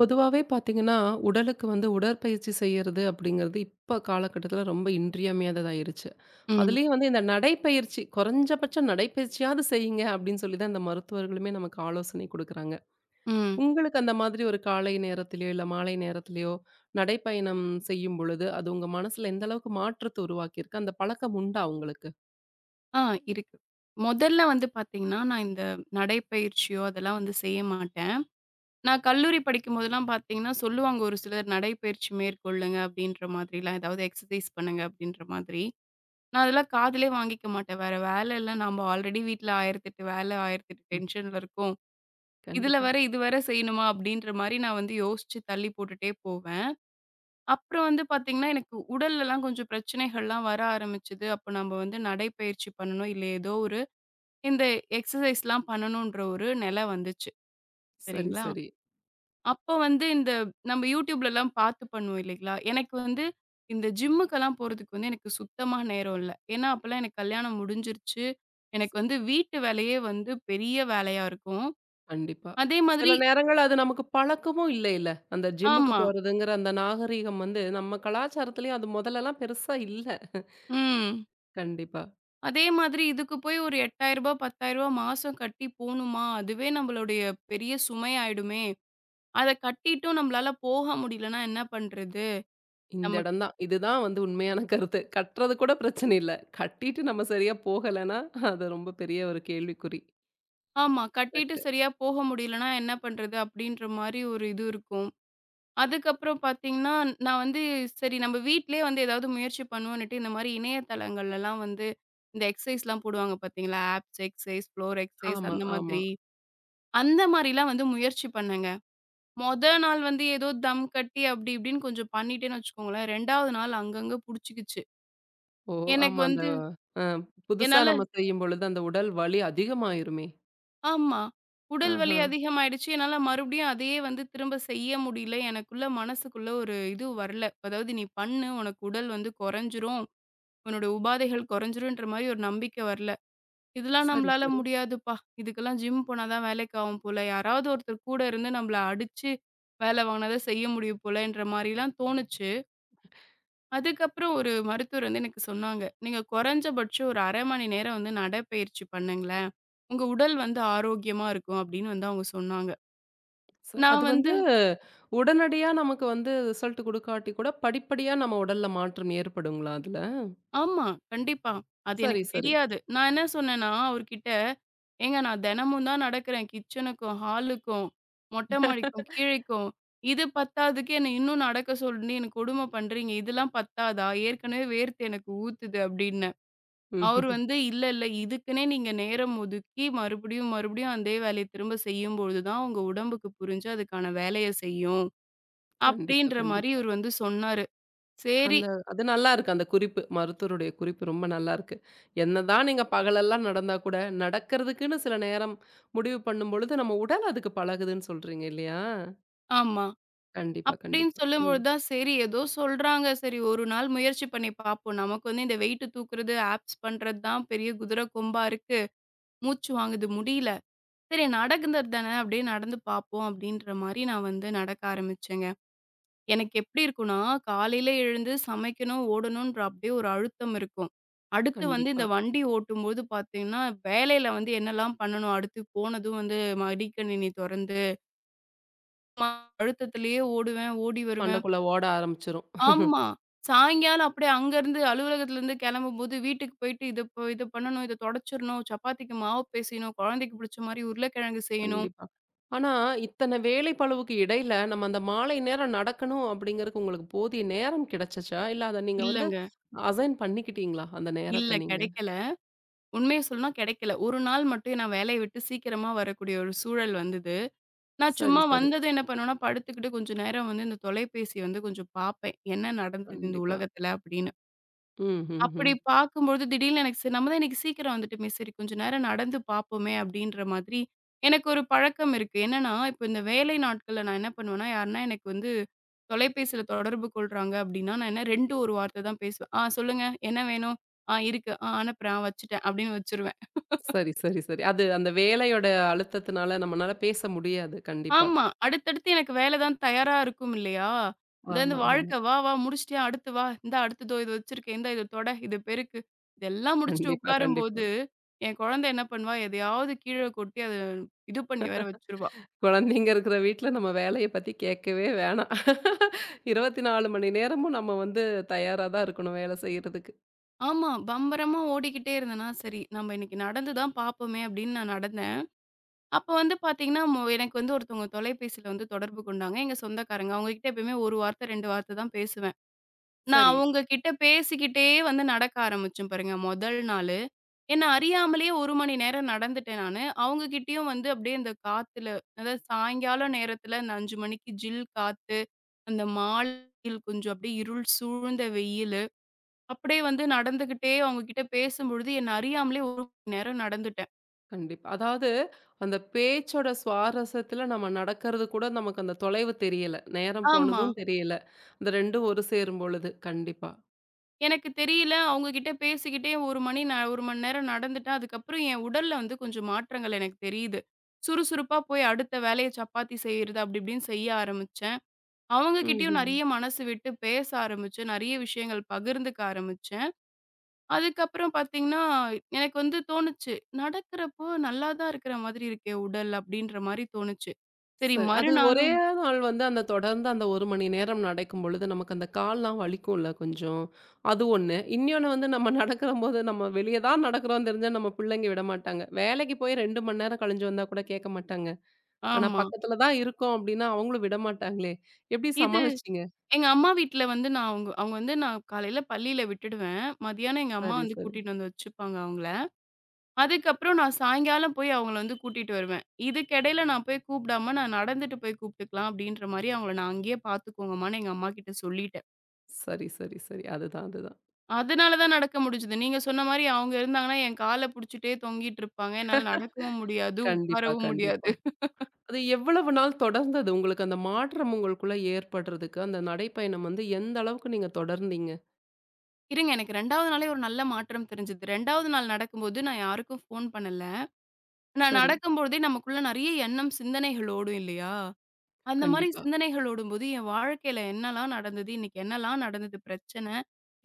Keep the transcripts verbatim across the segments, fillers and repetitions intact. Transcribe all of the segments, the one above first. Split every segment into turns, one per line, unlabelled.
பொதுவாவே பார்த்தீங்கன்னா, உடலுக்கு வந்து உடற்பயிற்சி செய்யறது அப்படிங்கிறது இப்ப காலகட்டத்தில ரொம்ப இன்றியமையாததாயிருச்சு.
ம்,
அதுலயும் வந்து இந்த நடைப்பயிற்சி, குறைஞ்சபட்சம் நடைப்பயிற்சியாவது செய்யுங்க அப்படின்னு சொல்லி தான் இந்த மருத்துவர்களுமே நமக்கு ஆலோசனை குடுக்குறாங்க.
ம்.
உங்களுக்கு அந்த மாதிரி ஒரு காலை நேரத்திலயோ, இல்ல மாலை நேரத்திலயோ நடைப்பயணம் செய்யும் பொழுது, அது உங்க மனசுல எந்த அளவுக்கு மாற்றத்த உருவாக்கியிருக்கு? அந்த பழக்கம் உண்டா உங்களுக்கு?
ஆ இருக்கு. முதல்ல வந்து பார்த்தீங்கன்னா, நான் இந்த நடைப்பயிற்சியோ அதெல்லாம் வந்து செய்ய மாட்டேன். நான் கல்லூரி படிக்கும்போதெல்லாம் பார்த்தீங்கன்னா, சொல்லுவாங்க ஒரு சிலர் நடைப்பயிற்சி மேற்கொள்ளுங்க அப்படின்ற மாதிரிலாம், ஏதாவது எக்சர்சைஸ் பண்ணுங்க அப்படின்ற மாதிரி. நான் அதெல்லாம் காதுலே வாங்கிக்க மாட்டேன். வேற வேலை இல்ல. நம்ம ஆல்ரெடி வீட்ல ஆயிரத்து எட்டு வேலை, ஆயிரத்து எட்டு
ம்.
டென்ஷன்ல இருக்கோம். இதில
கண்டிப்பா.
வேற இது வேற செய்யணுமா? அப்படின்ற மாரி நான் வந்து யோசிச்சு தள்ளி போட்டுட்டே போவேன். அப்புறம் வந்து பார்த்தீங்கன்னா, எனக்கு உடல்லலாம் கொஞ்சம் பிரச்சனைகள்லாம் வர ஆரம்பிச்சது. அப்ப நம்ம வந்து நடைப்பயிற்சி பண்ணணும். இல்ல ஏதோ ஒரு இந்த எக்ஸர்சைஸ்லாம் பண்ணணுன்ற ஒரு நில வந்துச்சு.
சரி,
சரிங்களா?
சரி.
அப்போ வந்து இந்த நம்ம YouTubeலலாம் பார்த்து பண்ணுவோம் இல்லைங்களா? எனக்கு வந்து இந்த ஜிம்முக்கெல்லாம் போறதுக்கு வந்து எனக்கு சுத்தமா நேரம் இல்ல. ஏன்னா, அப்பலாம் எனக்கு கல்யாணம் முடிஞ்சிருச்சு. எனக்கு வந்து வீட்டு வேலையே வந்து பெரிய வேலையா இருக்கும்.
கண்டிப்பா.
அதே
சில
மாதிரி
நேரங்கள் அது நமக்கு பழக்கமும் இல்லைல்ல. அந்த ஜிம்முக்கு
ஆமா.
போறதுங்கிற அந்த நாகரீகம் வந்து நம்ம கலாச்சாரத்திலயும் அது முதல்லலாம் பெருசா இல்ல.
ம்.
கண்டிப்பா.
அதே மாதிரி இதுக்கு போய் ஒரு ரூ. எட்டாயிரம் ரூ. பத்தாயிரம் மாசம் கட்டி போணுமா? அதுவே நம்மளுடைய பெரிய சுமையாயிடுமே! அத கட்டிட்டும் நம்மளால போக முடியலன்னா என்ன பண்றது?
இந்த
நமக்கு
இடம் தான். இதுதான் வந்து உண்மையான கருத்து. கட்டுறது கூட பிரச்சனை இல்ல. கட்டிட்டு நம்ம சரியா போகலன்னா, அது ரொம்ப பெரிய ஒரு கேள்விக்குறி.
ஆமா. கட்டிட்டு
கரெக்ட்டு.
சரியா போக முடியலன்னா என்ன பண்றது? அப்படின்ற மாரி ஒரு இது இருக்கும். அதுக்கப்புறம் பார்த்தீங்கன்னா, நான் வந்து சரி நம்ம வீட்லயே வந்து ஏதாவது முயற்சி பண்ணுவோன்னுட்டு, இந்த மாரி இணையதளங்கள்லலாம் வந்து இந்த எக்சர்சைஸ்லாம் போடுவாங்க பார்த்தீங்களா? ஆப்ஸ் எக்சர்சைஸ், ஃப்ளோர் எக்சர்சைஸ்
ஆமா,
அந்த
ஆமா.
மாதிரி. அந்த மாரிலாம் வந்து முயற்சி பண்ணேங்க. மொத நாள் வந்து ஏதோ தம் கட்டி அப்படி இப்படின்னு கொஞ்சம் பண்ணிட்டேன்னு வச்சுக்கோங்களேன். 2வது நாள் அங்கங்க புடிச்சுக்கிச்சு.
ஓ!
எனக்கு
ஆமா. அந்த
வந்து
அ புதுசா
என்னால
நம்ம செய்யும்பொழுது அந்த உடல் வலி அதிகமாயிருமே!
ஆமா. உடல் வலி
ஆஹா.
அதிகமாயிடுச்சு. என்னால மறுபடியும் அதையே வந்து திரும்ப செய்ய முடியல. எனக்குள்ள மனசுக்குள்ள ஒரு இது வரல. அதாவது நீ பண்ணு. உனக்கு உடல் வந்து குறைஞ்சிரும். உன்னோட உபாதைகள் குறைஞ்சிரும்ன்ற மாரி ஒரு நம்பிக்கை வரல. இதெல்லாம்
சரி,
நம்மளால
சரி.
முடியாதுப்பா. இதுக்கெல்லாம் ஜிம் போனா தான் வேலைக்கு ஆகும் போல. யாராவது ஒருத்தர் கூட இருந்து நம்மள அடிச்சு வேலை வாங்குனா தான் செய்ய முடியும் போலன்ற மாரிலாம் தோணுச்சு. அதுக்கப்புறம் ஒரு மருத்துவர் வந்து எனக்கு சொன்னாங்க. "நீங்க குறைஞ்சபட்சம் ஒரு அரை மணி நேரம் வந்து நடைப்பயிற்சி பண்ணுங்களேன். உங்க உடல் வந்து ஆரோக்கியமா இருக்கும்." அப்படின்னு வந்து அவங்க சொன்னாங்க.
ச அது
நான் வந்து
வந்து உடனடியா நமக்கு வந்து ரிசல்ட் குடுக்காட்டி கூட, படிப்படியா நம்ம உடல்ல மாற்றம் ஏற்படுங்களா அதுல?
ஆமா, கண்டிப்பா. அது
சரி,
எனக்கு
சரி.
தெரியாது. நான் என்ன சொன்னேன்னா, அவர்கிட்ட, "ஏங்க நான் தினமும் தான் நடக்கிறேன். கிச்சனுக்கும், ஹாலுக்கும், மொட்டை மாடிக்கும், கீழைக்கும். இது பத்தாததுக்கு என்ன இன்னும் நடக்க சொல்லி எனக்கு கொடுமை பண்றீங்க. இதெல்லாம் பத்தாதா? ஏற்கனவே வேர்த்து எனக்கு ஊத்துது." அப்படின்னேன். அவரு
ம்ஹ்ம்.
வந்து, "இல்ல, இல்ல. இதுக்குன்னே நீங்க நேரம் ஒதுக்கி மறுபடியும், மறுபடியும் அதே வேலைய திரும்ப செய்யும்பொழுது தான் உங்க உடம்புக்கு புரிஞ்சு அதுக்கான வேலைய செய்யும்."
கண்டிப்பா,
அப்படின்ற மாரி
கண்டிப்பா.
இவரு வந்து சொன்னாரு. சரி
அந்த அது நல்லாருக்கு அந்த குறிப்பு. மருத்துவருடைய குறிப்பு ரொம்ப நல்லாருக்கு. என்னதான் நீங்க பகலெல்லாம் நடந்தா கூட, நடக்கிறதுக்குன்னு சில நேரம் முடிவு பண்ணும்பொழுது, நம்ம உடல் அதுக்கு பழகுதுன்னு சொல்றீங்க இல்லையா?
ஆமா.
கண்டிப்பா,
அப்படின்னு
கண்டிப்பா. ம்.
சொல்லும்பொழுது தான் சரி ஏதோ சொல்றாங்க. சரி ஒரு நாள் முயற்சி பண்ணி பார்ப்போம். நமக்கு வந்து இந்த வெயிட் தூக்குறது, ஆப்ஸ் பண்றது தான் பெரிய குதிரை கொம்பா இருக்கு. மூச்சு வாங்குது முடியல. சரி நடக்குறது தானே அப்படியே நடந்து பார்ப்போம் அப்படின்ற மாரி நான் வந்து நடக்க ஆரம்பிச்சேங்க. எனக்கு எப்படி இருக்கும்னா, காலையில எழுந்து சமைக்கணும், ஓடணுன்ற அப்படியே ஒரு அழுத்தம் இருக்கும். அடுத்து வந்து
கண்டிப்பா.
இந்த வண்டி ஓட்டும்போது பார்த்தீங்கன்னா, வேலையில வந்து என்னலாம் பண்ணணும், அடுத்து போனதும் வந்து மடிக்கணினி தொறந்து அழுத்தத்திலேயே ஓடுவேன், ஓடி வருவேன்.
மண்டைக்குள்ள ஓட ஆரம்பிச்சுரும்.
ஆமா. சாயங்காலம் அப்படியே அங்கருந்து அலுவலகத்துலருந்து கிளம்பும்போது வீட்டுக்கு போயிட்டு இத ப இத பண்ணணும், இத தொடச்சிரணும், சப்பாத்திக்கு மாவு பேசையணும், குழந்தைக்கு பிடிச்ச மாரி உருளைக்கிழங்கு செய்யணும்.
கண்டிப்பா. ஆனா, இத்தன வேலைப்பளுவுக்கு இடையில நம்ம அந்த மாலை நேரம் நடக்கணும் அப்படிங்கிறதுக்கு உங்களுக்கு போதிய நேரம் கிடைச்சுச்சா? இல்ல அத நீங்க வந்து
இல்லங்க.
அசைன் பண்ணிக்கிட்டீங்களா? அந்த
இல்ல
நேரத்த நீங்க?
கிடைக்கல. உண்மைய சொல்லணும்னா கிடைக்கல. ஒரு நாள் மட்டும் நான் வேலைய விட்டு சீக்கிரமா வரக்கூடிய ஒரு சூழல் வந்தது. நான்
சரி,
சும்மா
சரி.
வந்ததும் என்ன பண்ணுவேன்னா, படுத்துக்கிட்டு கொஞ்சம் நேரம் வந்து இந்த தொலைபேசி வந்து கொஞ்சம் பார்ப்பேன். என்ன நடந்தது இந்த
கண்டிப்பா.
உலகத்துல அப்படின்னு.
ம், ம்,
அப்படி
ம்.
பார்க்கும்பொழுது திடீர்னு எனக்கு சரி நம்ம தான் இன்னைக்கு சீக்கிரம் வந்துட்டோமே, சரி கொஞ்ச நேரம் நடந்து பார்ப்போமே அப்படின்ற மாதிரி எனக்கு ஒரு பழக்கம் இருக்கு. என்னன்னா, இப்ப இந்த வேலை நாட்கள்ல நான் என்ன பண்ணுவேன்னா, யாருன்னா எனக்கு வந்து தொலைபேசியில தொடர்பு கொள்றாங்க அப்படின்னா, நான் என்ன ரெண்டு ஒரு வார்த்தை தான் பேசுவேன். "ஆ சொல்லுங்க, என்ன வேணும்? ஆ இருக்கு. ஆ அனுப்புறேன். ஆ வச்சுட்டேன்" அப்படின்னு வச்சிருவேன்.
சரி, சரி, சரி. அது அந்த வேலையோட அழுத்தத்தினால நம்மனால பேச முடியாது. கண்டிப்பா.
ஆமா. அடுத்தடுத்து எனக்கு வேலை தான் தயாரா இருக்கும் இல்லையா? இந்த இந்த
ஆமா, ஆமா.
வாழ்க்கை "வா, வா முடிச்சுட்டியா? அடுத்து வா. இந்தா அடுத்ததோ இது வச்சிருக்கேன். இந்தா இத தொட, இத பெருக்கு." இதெல்லாம் முடிச்சுட்டு
கண்டிப்பா, கண்டிப்பா.
உட்காரும்போது, என் குழந்தை என்ன பண்ணுவா, எதையாவது கீழ கொட்டி அத இது பண்ணி வேற வச்சுருவா.
குழந்தைங்க இருக்கிற வீட்ல நம்ம வேலைய பத்தி கேட்கவே வேணாம். இருபத்தி நான்கு மணி நேரமும் நம்ம வந்து தயாரா தான் இருக்கணும் வேலை செய்யறதுக்கு.
ஆமா. பம்பரமா ஓடிக்கிட்டே இருந்தேனா, சரி நம்ம இன்னைக்கு நடந்து தான் பார்ப்போமே அப்படின்னு நான் நடந்தேன். அப்ப வந்து பார்த்தீங்கன்னா, மொ எனக்கு வந்து ஒருத்தவங்க தொலைபேசியில வந்து தொடர்பு கொண்டாங்க. எங்க சொந்தக்காரங்க. அவங்க கிட்ட எப்பயுமே ஒரு வார்த்தை, ரெண்டு வார்த்தை தான் பேசுவேன். நான்
சரி.
அவங்க கிட்ட பேசிக்கிட்டே வந்து நடக்க ஆரம்பிச்சேன் பாருங்க முதல் நாளு. ஏன்னா அறியாமலேயே ஒரு மணி நேரம் நடந்துட்டேன் நானு. அவங்க கிட்டயும் வந்து அப்படியே இந்த காத்துல, அதாவது சாயங்கால நேரத்துல அந்த அஞ்சு மணிக்கு ஜில் காத்து, அந்த மாலையில் கொஞ்சம் அப்படியே இருள் சூழ்ந்த வெயிலு, அப்படியே வந்து நடந்துகிட்டே அவங்க கிட்ட பேசும்பொழுது என்ன அறியாமலே ஒரு மணி நேரம் நடந்துட்டேன்.
கண்டிப்பா. அதாவது அந்த பேச்சோட சுவாரஸ்யத்துல நம்ம நடக்கிறது கூட நமக்கு அந்த தொலைவு தெரியல. நேரம்
ஆமா.
போனதும் தெரியல. இந்த 2ம் ஒரு சேரும் பொழுது. கண்டிப்பா.
எனக்கு தெரியல. அவங்க கிட்ட பேசிக்கிட்டே ஒரு மணி ந ஒரு மணி நேரம் நடந்துட்டேன். அதுக்கப்புறம் என் உடல்ல வந்து கொஞ்சம் மாற்றங்கள் எனக்கு தெரியுது. சுறுசுறுப்பா போய் அடுத்த வேலைய சப்பாத்தி செய்றது அப்படி இப்படின்னு செய்ய ஆரம்பிச்சேன். அவங்க கிட்டயும்
ம்ஹ்ம்.
நெறைய மனசு விட்டு பேச ஆரம்பிச்சேன். நெறைய விஷயங்கள் பகிர்ந்துக்க ஆரம்பிச்சேன். அதுக்கப்புறம் பார்த்தீங்கன்னா, எனக்கு வந்து தோணுச்சு. நடக்கிறப்போ நல்லா தான் இருக்கிற மாதிரி இருக்கே உடல் அப்படின்ற மாரி தோணுச்சு. சரி
சரி. அது ஒரே
மறுநாளும்
நாள் வந்து அந்த தொடர்ந்து அந்த ஒரு மணி நேரம் நடக்கும் பொழுது, நமக்கு அந்த கால்லாம் வலிக்கும்ல கொஞ்சம். அது ஒண்ணு. இன்னொன்னு வந்து நம்ம நடக்கிறம்போது நம்ம வெளிய தான் நடக்கிறோம்னு தெரிஞ்சா நம்ம பிள்ளைங்க விடமாட்டாங்க. வேலைக்கு போய் ரெண்டு மணி நேரம் கழிஞ்சு வந்தா கூட கேட்க மாட்டாங்க. ஆனா
ஆமா.
பக்கத்துல தான் இருக்கோம் அப்டின்னா அவங்களும் விடமாட்டாங்களே! எப்டி
இது
சமாளிச்சீங்க?
எங்க அம்மா வீட்ல வந்து நான் அவங்க அவங்க வந்து நான் காலையில பள்ளியில விட்டுடுவேன். மதியானம் எங்க அம்மா
சரி,
வந்து
சரி.
கூட்டிட்டு வந்து வச்சுப்பாங்க அவங்கள. அதுக்கப்புறம் நான் சாயங்காலம் போய் அவங்கள வந்து கூட்டிட்டு வருவேன். இதுக்கிடையில நான் போய் கூப்பிடாம நான் நடந்துட்டு போய் கூப்பிட்டுக்கலாம் அப்படின்ற மாரி அவங்கள நான் அங்கேயே பார்த்துக்கோங்கம்மான்னு எங்க அம்மா கிட்ட சொல்லிட்டேன்.
சரி, சரி, சரி. அதுதான், அதுதான்.
அதனால தான் நடக்க முடிஞ்சது. நீங்க சொன்ன மாரி அவங்க இருந்தாங்கன்னா என் கால புடிச்சுட்டே தொங்கிட்டு இருப்பாங்க. என்னால நடக்கவும் முடியாது,
கண்டிப்பா,
உட்காரவும்
கண்டிப்பா.
முடியாது.
அது எவ்வளவு நாள் தொடர்ந்தது? உங்களுக்கு அந்த மாற்றம் உங்களுக்குள்ள ஏற்படுறதுக்கு, அந்த நடைப்பயணம் வந்து எந்த அளவுக்கு நீங்க தொடர்ந்தீங்க?
இருங்க எனக்கு 2வது நாளே ஒரு நல்ல மாற்றம் தெரிஞ்சது. 2வது நாள் நடக்கும்போது நான் யாருக்கும் ஃபோன் பண்ணல. நான்
சரி.
நடக்கும்பொழுதே நமக்குள்ள நெறைய எண்ணம், சிந்தனைகள் ஓடும் இல்லையா? அந்த மாரி
கண்டிப்பா,
சிந்தனைகள் ஓடும்போது, என் வாழ்க்கையில என்னலாம் நடந்தது? இன்னைக்கு என்னலாம் நடந்தது பிரச்சன?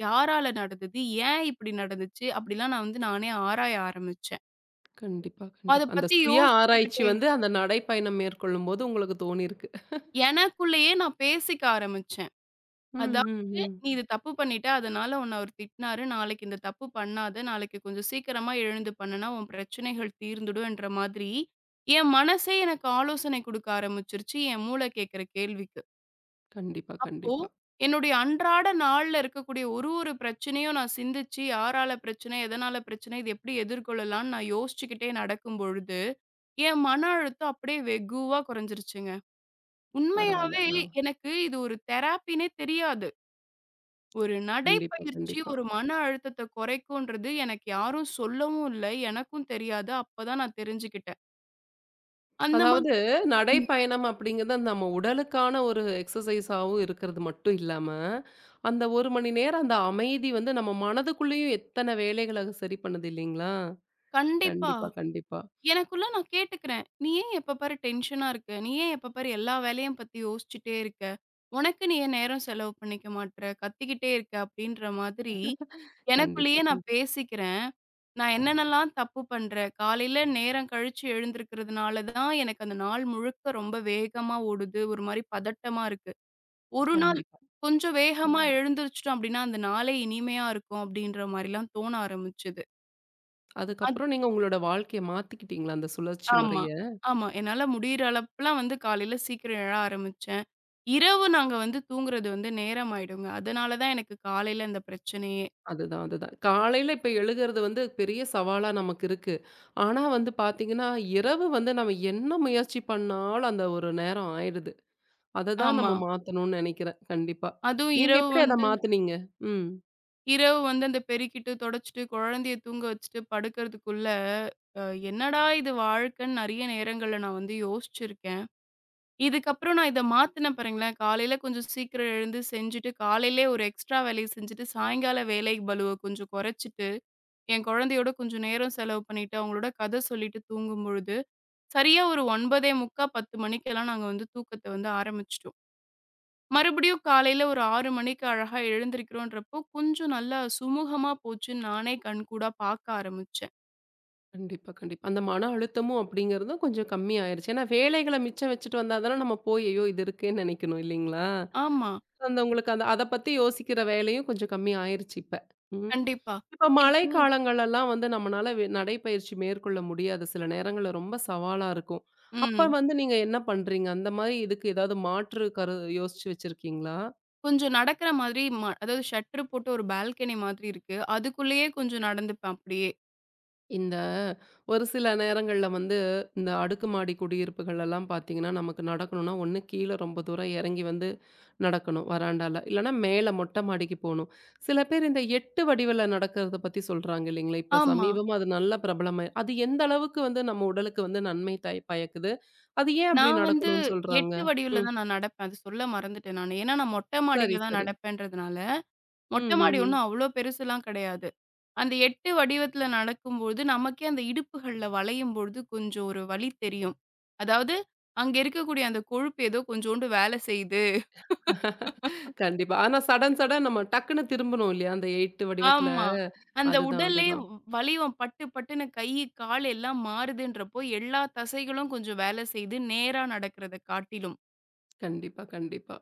யாரால நடந்தது? ஏன் இப்படி நடந்துச்சு? அப்படிலாம் நான் வந்து நானே ஆராய ஆரம்பிச்சேன்.
கண்டிப்பா,
அத
கண்டிப்பா. அந்த
பத்தி
சுய ஆராய்ச்சி
யோசிச்சுக்கிட்டே
வந்து அந்த நடைப்பயணம் மேற்கொள்ளும்போது உங்களுக்கு தோணியிருக்கு.
எனக்குள்ளேயே நான் பேசிக்க ஆரம்பிச்சேன்.
ம், ம்,
அதாவது
ம்.
நீ இது தப்பு பண்ணிட்ட, அதனால உன்ன அவரு திட்டினாரு. நாளைக்கு இந்த தப்பு பண்ணாத. நாளைக்கு கொஞ்சம் சீக்கிரமா எழுந்து பண்ணுனா, உன் பிரச்சனைகள் தீர்ந்துடும்ன்ற மாதிரி, என் மனசே எனக்கு ஆலோசனை குடுக்க ஆரம்பிச்சுருச்சு, என் மூளை கேட்கிற கேள்விக்கு.
கண்டிப்பா,
அப்போ,
கண்டிப்பா.
என்னுடைய அன்றாட நாள்ல இருக்கக்கூடிய ஒரு ஒரு பிரச்சனையும் நான் சிந்திச்சு, யாரால பிரச்சனை? எதனால பிரச்சனை? இத எப்படி எதிர்கொள்ளலாம்ன்னு நான் யோசிச்சுக்கிட்டே நடக்கும் பொழுது, என் மன அழுத்தம் அப்படியே வெகுவா குறைஞ்சிருச்சுங்க.
பரவால்ல.
உண்மையாவே
ஆ.
எனக்கு இது ஒரு தெரபின்னே தெரியாது. ஒரு
கண்டிப்பா,
நடைப்பயிற்சி
கண்டிப்பா.
ஒரு மன அழுத்தத்த குறைக்குன்றது எனக்கு யாரும் சொல்லவும் இல்ல. எனக்கும் தெரியாது. அப்பதான் நான் தெரிஞ்சுக்கிட்டேன். அந்த மாதிரி
அதாவது
ம்.
நடைப்பயணம் அப்படிங்கிறது நம்ம உடலுக்கான ஒரு எக்ஸசைஸாவும் இருக்கிறது மட்டும் இல்லாம, அந்த ஒரு மணி நேரம் அந்த அமைதி வந்து நம்ம மனதுக்குள்ளேயும் எத்தன வேலைகள சரி பண்ணுது இல்லைங்களா?
கண்டிப்பா.
கண்டிப்பா, கண்டிப்பா.
எனக்குள்ள நான் கேட்டுக்கிறேன். "நீ ஏன் எப்ப பாரு டென்ஷனா இருக்க? நீ ஏன் எப்ப பாரு எல்லா வேலையும் பத்தி யோசிச்சுட்டே இருக்க? உனக்கு நீ ஏன் நேரம் செலவு பண்ணிக்க மாட்ற? கத்திக்கிட்டே இருக்க." அப்படீன்ற மாதிரி
கண்டிப்பா,
எனக்குள்ளேயே நான்
கண்டிப்பா.
பேசிக்கிறேன். நான் என்னென்னலாம் தப்பு பண்றேன்? காலையில நேரம் கழிச்சு எழுந்திருக்கிறதுனால தான் எனக்கு அந்த நாள் முழுக்க ரொம்ப வேகமா ஓடுது. ஒரு மாரி பதட்டமா இருக்கு. ஒரு நாள்
கண்டிப்பா.
கொஞ்சம் வேகமா
ம்.
எழுந்திரிச்சிட்டோம் அப்படின்னா, அந்த நாளே இனிமையா இருக்கும் அப்படின்ற மாரிலாம் தோண ஆரம்பிச்சது. அத்
அதுக்கப்புறம் நீங்க உங்களோட வாழ்க்கைய மாத்திக்கிட்டீங்களா அந்த சுழற்சி
ஆமா,
முறைய?
ஆமா. என்னால முடியிற அளப்புலாம் வந்து காலையில சீக்கிரம் எழ ஆரம்பிச்சேன். இரவு நாங்க வந்து தூங்குறது வந்து நேரம் ஆயிடுங்க. அதனால தான் எனக்கு காலையில இந்த பிரச்சனையே.
அதுதான், அதுதான். காலையில இப்ப எழுகிறது வந்து பெரிய சவாலா நமக்கு இருக்கு. ஆனா வந்து பாத்தீங்கன்னா, இரவு வந்து நம்ம என்ன முயற்சி பண்ணாலும் அந்த ஒரு நேரம் ஆயிடுது. அததான்
ஆமா.
நம்ம மாத்தணும்னு நெனைக்கிறேன். கண்டிப்பா.
அதுவும்
நீங்க
இரவு
எப்படி அத
வந்து
மாத்துனீங்க? ம்.
இரவு வந்து அந்த பெருக்கிட்டு, தொடச்சுட்டு, குழந்தைய தூங்க வச்சுட்டு படுக்கிறதுக்குள்ள, அ என்னடா இது வாழ்க்கைன்னு நெறைய நேரங்கள்ல நான் வந்து யோசிச்சிருக்கேன். இதுக்கப்புறம் நான் இத மாத்துனேன் பாருங்களேன். காலையில கொஞ்சம் சீக்கிரம் எழுந்து செஞ்சுட்டு, காலையிலே ஒரு எக்ஸ்ட்ரா வேலைய செஞ்சுட்டு, சாயங்கால வேலை பளுவ கொஞ்சம் குறைச்சுட்டு, என் குழந்தையோட கொஞ்சம் நேரம் செலவு பண்ணிட்டு, அவங்களோட கத சொல்லிட்டு தூங்கும்பொழுது, சரியா ஒரு ஒன்பது பதினைந்து, பத்து மணிக்கெல்லாம் நாங்க வந்து தூக்கத்த வந்து ஆரம்பிச்சுட்டோம். மறுபடியும் காலையில ஒரு ஆறு மணிக்கு அழகா எழுந்திரிக்கிறோன்றப்போ, கொஞ்சம் நல்லா சுமூகமா போச்சுன்னு நானே கண்கூடா பாக்க ஆரம்பிச்சேன்.
கண்டிப்பா, கண்டிப்பா. அந்த மன அழுத்தமும் அப்படிங்கிறதும் கொஞ்சம் கம்மியாயிருச்சு. ஏன்னா வேலைகள மிச்சம் வச்சுட்டு வந்தா தானே நம்ம போய், ஐயோ! இது இருக்கேன்னு நெனைக்கணும் இல்லைங்களா?
ஆமா,
அந்த உங்களுக்கு அந்த அத பத்தி யோசிக்கிற வேலையும் கொஞ்சம் கம்மி ஆயிருச்சு இப்ப. ம்.
கண்டிப்பா.
இப்ப மழை
இது
காலங்கள்லலாம் வந்து நம்மனால வெ நடைப்பயிற்சி மேற்கொள்ள முடியாது. சில நேரங்கள்ல ரொம்ப சவாலா இருக்கும். அப்ப
ம்.
வந்து நீங்க என்ன பண்றீங்க? அந்த மாரி இதுக்கு ஏதாவது மாற்று கரு யோசிச்சு வச்சிருக்கீங்களா?
கொஞ்சம் நடக்கிற மாதிரி ம அதாவது ஷட்டர் போட்டு ஒரு பால்கனி மாதிரி இருக்கு. அதுக்குள்ளேயே கொஞ்சம் நடந்துப்பேன் அப்படியே.
இந்த ஒரு சில நேரங்கள்ல வந்து, இந்த அடுக்குமாடி குடியிருப்புகள் எல்லாம் பார்த்தீங்கன்னா, நமக்கு நடக்கணும்னா, ஒண்ணு கீழ ரொம்ப தூரம் இறங்கி வந்து நடக்கணும் வராண்டால. இல்லன்னா மேல மொட்டை மாடிக்கு போணும். சில பேர் இந்த எட்டு வடிவில நடக்கிறத பத்தி சொல்றாங்க இல்லைங்களா? இப்ப
ஆமா.
சமீபமா அது நல்ல பிரபலமா அது எந்த அளவுக்கு வந்து நம்ம உடலுக்கு வந்து நன்மை தய பயக்குது? அது ஏன் அப்படி
நான் வந்து
நடக்கணும்னு சொல்றாங்க?
எட்டு வடிவுல
ம்.
தான் நான் நடப்பேன். அது சொல்ல மறந்துட்டேன் நானு. ஏன்னா நான் மொட்டை
சரி,
மாடியில தான்
சரி.
நடப்பேன்றதுனால, மொட்டை
ம், ம்,
மாடி
ம்.
ஒண்ணும் அவ்ளோ பெருசுலாம் கிடையாது. அந்த எட்டு வடிவத்துல நடக்கும்போது, நமக்கே அந்த இடுப்புகள்ல வளையும்பொழுது கொஞ்சம் ஒரு வலி தெரியும். அதாவது, அங்க இருக்கக்கூடிய அந்த கொழுப்பு ஏதோ கொஞ்சோண்டு வேலை செய்யுது.
கண்டிப்பா. ஆனா சடன் சடன் நம்ம டக்குன்னு திரும்பணும் இல்லையா? அந்த எட்டு வடிவத்துல.
ஆமா. அந்த
அதுதான்,
உடலே
அதுதான்.
வலியும் பட்டு பட்டுன்னு கை, கால் எல்லாம் மாறுதுன்றப்போ, எல்லா தசைகளும் கொஞ்சம் வேலை செய்து நேரா நடக்கிறத காட்டிலும்.
கண்டிப்பா, கண்டிப்பா.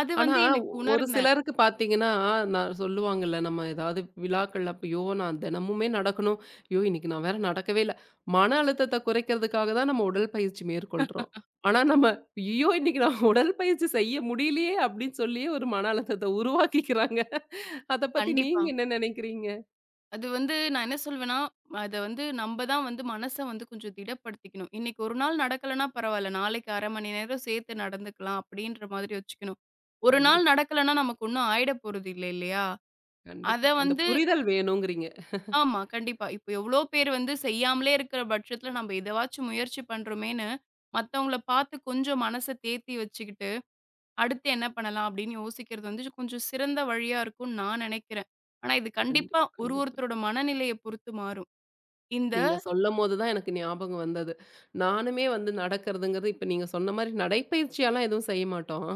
அது
ஆனா,
வந்து எனக்கு
ஒ- ஒரு
உணர்ந்தேன்.
சிலருக்கு பார்த்தீங்கன்னா, நான் சொல்லுவாங்கல்ல, நம்ம ஏதாவது விழாக்கள் அப்பயோ, நான் தினமுமே நடக்கணும். ஐயோ! இன்னைக்கு நான் வேற நடக்கவே இல்ல. மன அழுத்தத்த குறைக்கிறதுக்காக தான் நம்ம உடல்பயிற்சி மேற்கொள்றோம். ஆனா நம்ம, ஐயோ! இன்னைக்கு நான் உடல்பயிற்சி செய்ய முடியலையே அப்படின்னு சொல்லியே ஒரு மன அழுத்தத்த உருவாக்கிக்கிறாங்க. அத பத்தி
கண்டிப்பா.
நீங்க என்ன நினைக்கிறீங்க?
அது வந்து நான் என்ன சொல்வேன்னா, அத வந்து நம்ப தான் வந்து மனச வந்து கொஞ்சம் திடப்படுத்திக்கணும். இன்னைக்கு ஒரு நாள் நடக்கலன்னா பரவால்ல. நாளைக்கு அரை மணி நேரம் சேர்த்து நடந்துக்கலாம் அப்படின்ற மாதிரி வச்சுக்கணும். ஒரு நாள்
கண்டிப்பா,
நடக்கலன்னா நமக்கு ஒண்ணும் ஆயிட போறது இல்ல இல்லையா? அத
கண்டிப்பா. அந்த
வந்து
புரிதல் வேணுங்கிறீங்க.
ஆமா, கண்டிப்பா. இப்ப எவ்ளோ பேர் வந்து செய்யாமலே இருக்கிற பட்சத்துல, நம்ம இதவாச்சும் முயற்சி பண்றோமேன்னு, மத்தவங்கள பார்த்து கொஞ்சம் மனச தேத்தி வச்சுக்கிட்டு, அடுத்து என்ன பண்ணலாம் அப்படின்னு யோசிக்கிறது வந்து கொஞ்சம் சிறந்த வழியா இருக்கும்னு நான் நெனைக்கிறேன். ஆனா இது கண்டிப்பா
கண்டிப்பா,
ஒரு
கண்டிப்பா.
ஒருத்தரோட மனநிலைய பொறுத்து மாறும். இந்த
நீங்க சொல்லும்போது தான் எனக்கு ஞாபகம் வந்தது. நானுமே வந்து நடக்கிறதுங்கிறது இப்ப நீங்க சொன்ன மாரி நடைப்பயிற்சியாலாம் எதுவும் செய்ய மாட்டோம்.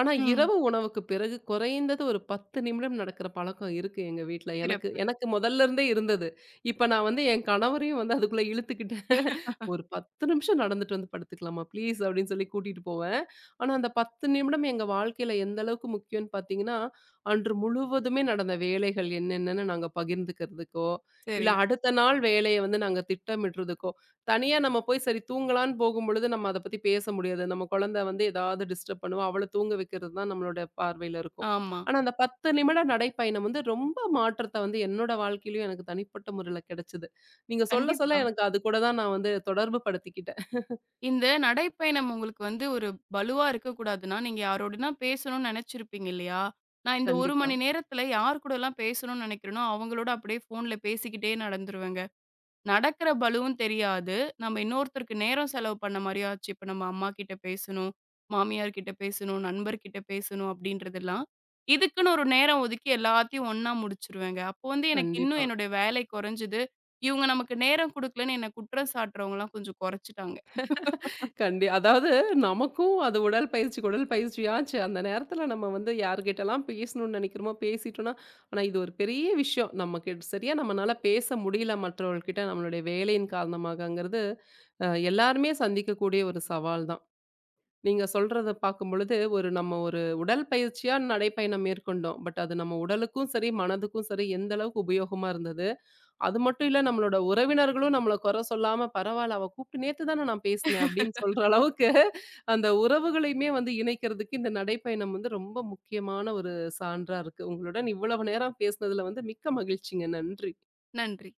ஆனா
ம்.
இரவு உணவுக்கு பிறகு குறைந்தது ஒரு பத்து நிமிடம் நடக்கிற பழக்கம் இருக்கு எங்க வீட்ல. எனக்கு
சிறப்பு.
எனக்கு முதல்ல இருந்தே இருந்தது. இப்ப நான் வந்து என் கணவரையும் வந்து அதுக்குள்ள இழுத்துக்கிட்டேன். "ஒரு பத்து நிமிஷம் நடந்துட்டு வந்து படுத்துக்கலாமா ப்ளீஸ்" அப்படின்னு சொல்லி கூட்டிட்டு போவேன். ஆனா அந்த பத்து நிமிடம் எங்க வாழ்க்கையில எந்த அளவுக்கு முக்கியம்னு பார்த்தீங்கன்னா, அன்று முழுவதுமே நடந்த வேலைகள் என்னென்னன்னு நாங்க பகிர்ந்துக்கிறதுக்கோ, இல்ல
சரி.
அடுத்த நாள் வேலைய வந்து நாங்க திட்டமிடுறதுக்கோ, தனியா நம்ம போய் சரி தூங்கலான்னு போகும்பொழுது, நம்ம அத பத்தி பேச முடியாது. நம்ம குழந்தை வந்து ஏதாவது டிஸ்டர்ப் பண்ணும். அவள தூங்க வைக்கிறது தான் நம்மளோட பார்வையில இருக்கும்.
ஆமா.
ஆனா, அந்த பத்து நிமிட நடைப்பயணம் வந்து ரொம்ப மாற்றத்த வந்து என்னோட வாழ்க்கையிலயும் எனக்கு தனிப்பட்ட முறையில கிடைச்சது. நீங்க சொல்ல சொல்ல
கண்டிப்பா.
எனக்கு அது கூட தான் நான் வந்து தொடர்பு படுத்திக்கிட்டேன்.
இந்த நடைப்பயணம் உங்களுக்கு வந்து ஒரு பலுவா இருக்கக்கூடாதுன்னா, நீங்க யாரோடனா பேசணும்னு நெனச்சிருப்பீங்க இல்லையா? நான் இந்த ஒரு
கண்டிப்பா,
மணி நேரத்துல யார் கூடலாம் பேசணும்னு நெனைக்கிறேனோ, அவங்களோட அப்படியே ஃபோன்ல பேசிக்கிட்டே நடந்துருவேங்க. நடக்கிற பலுவும் தெரியாது. நம்ம இன்னொருத்தருக்கு நேரம் செலவு பண்ண மாரியும் ஆச்சு. இப்ப நம்ம அம்மா கிட்ட பேசணும், மாமியார் கிட்ட பேசணும், நண்பர்கிட்ட பேசணும் அப்படின்றதெல்லாம். இதுக்குன்னு ஒரு நேரம் ஒதுக்கி எல்லாத்தையும் ஒண்ணா முடிச்சுருவேங்க. அப்போ வந்து எனக்கு இன்னும்
கண்டிப்பா.
என்னுடைய வேலை கொறஞ்சது. இவங்க நமக்கு நேரம் குடுக்கலன்னு என்ன குற்றம் சாட்டுறவங்கலாம் கொஞ்சம் கொறச்சுட்டாங்க.
கண்டி அதாவது நமக்கும் அது உடல்பயிற்சிக்கு உடல்பயிற்சியாச்சு. அந்த நேரத்துல நம்ம வந்து யார்கிட்டலாம் பேசணும்னு நெனைக்கிறோமோ பேசிட்டோம்னா, ஆனா இது ஒரு பெரிய விஷயம். நமக்கு சரியா நம்மனால பேச முடியல மற்றவர்கள்கிட்ட நம்மளுடைய வேலையின் காரணமாகங்கிறது, அ எல்லாருமே சந்திக்கக்கூடிய ஒரு சவால் தான். நீங்க சொல்றத பார்க்கும்பொழுது, ஒரு நம்ம ஒரு உடல்பயிற்சியா நடைப்பயணம் மேற்கொண்டோம். பட் அது நம்ம உடலுக்கும் சரி, மனதுக்கும் சரி எந்த அளவுக்கு உபயோகமா இருந்தது? அது மட்டும் இல்ல நம்மளோட உறவினர்களும் நம்மள குறை சொல்லாம, "பரவால்ல அவ கூப்பிட்டு நேத்து தானே நான் பேசினேன்" அப்படின்னு சொல்ற அளவுக்கு அந்த உறவுகளையுமே வந்து இணைக்கிறதுக்கு இந்த நடைப்பயணம் வந்து ரொம்ப முக்கியமான ஒரு சான்றா இருக்கு. உங்களுடன் இவ்வளவு நேரம் பேசினதுல வந்து மிக்க மகிழ்ச்சிங்க. நன்றி.
நன்றி.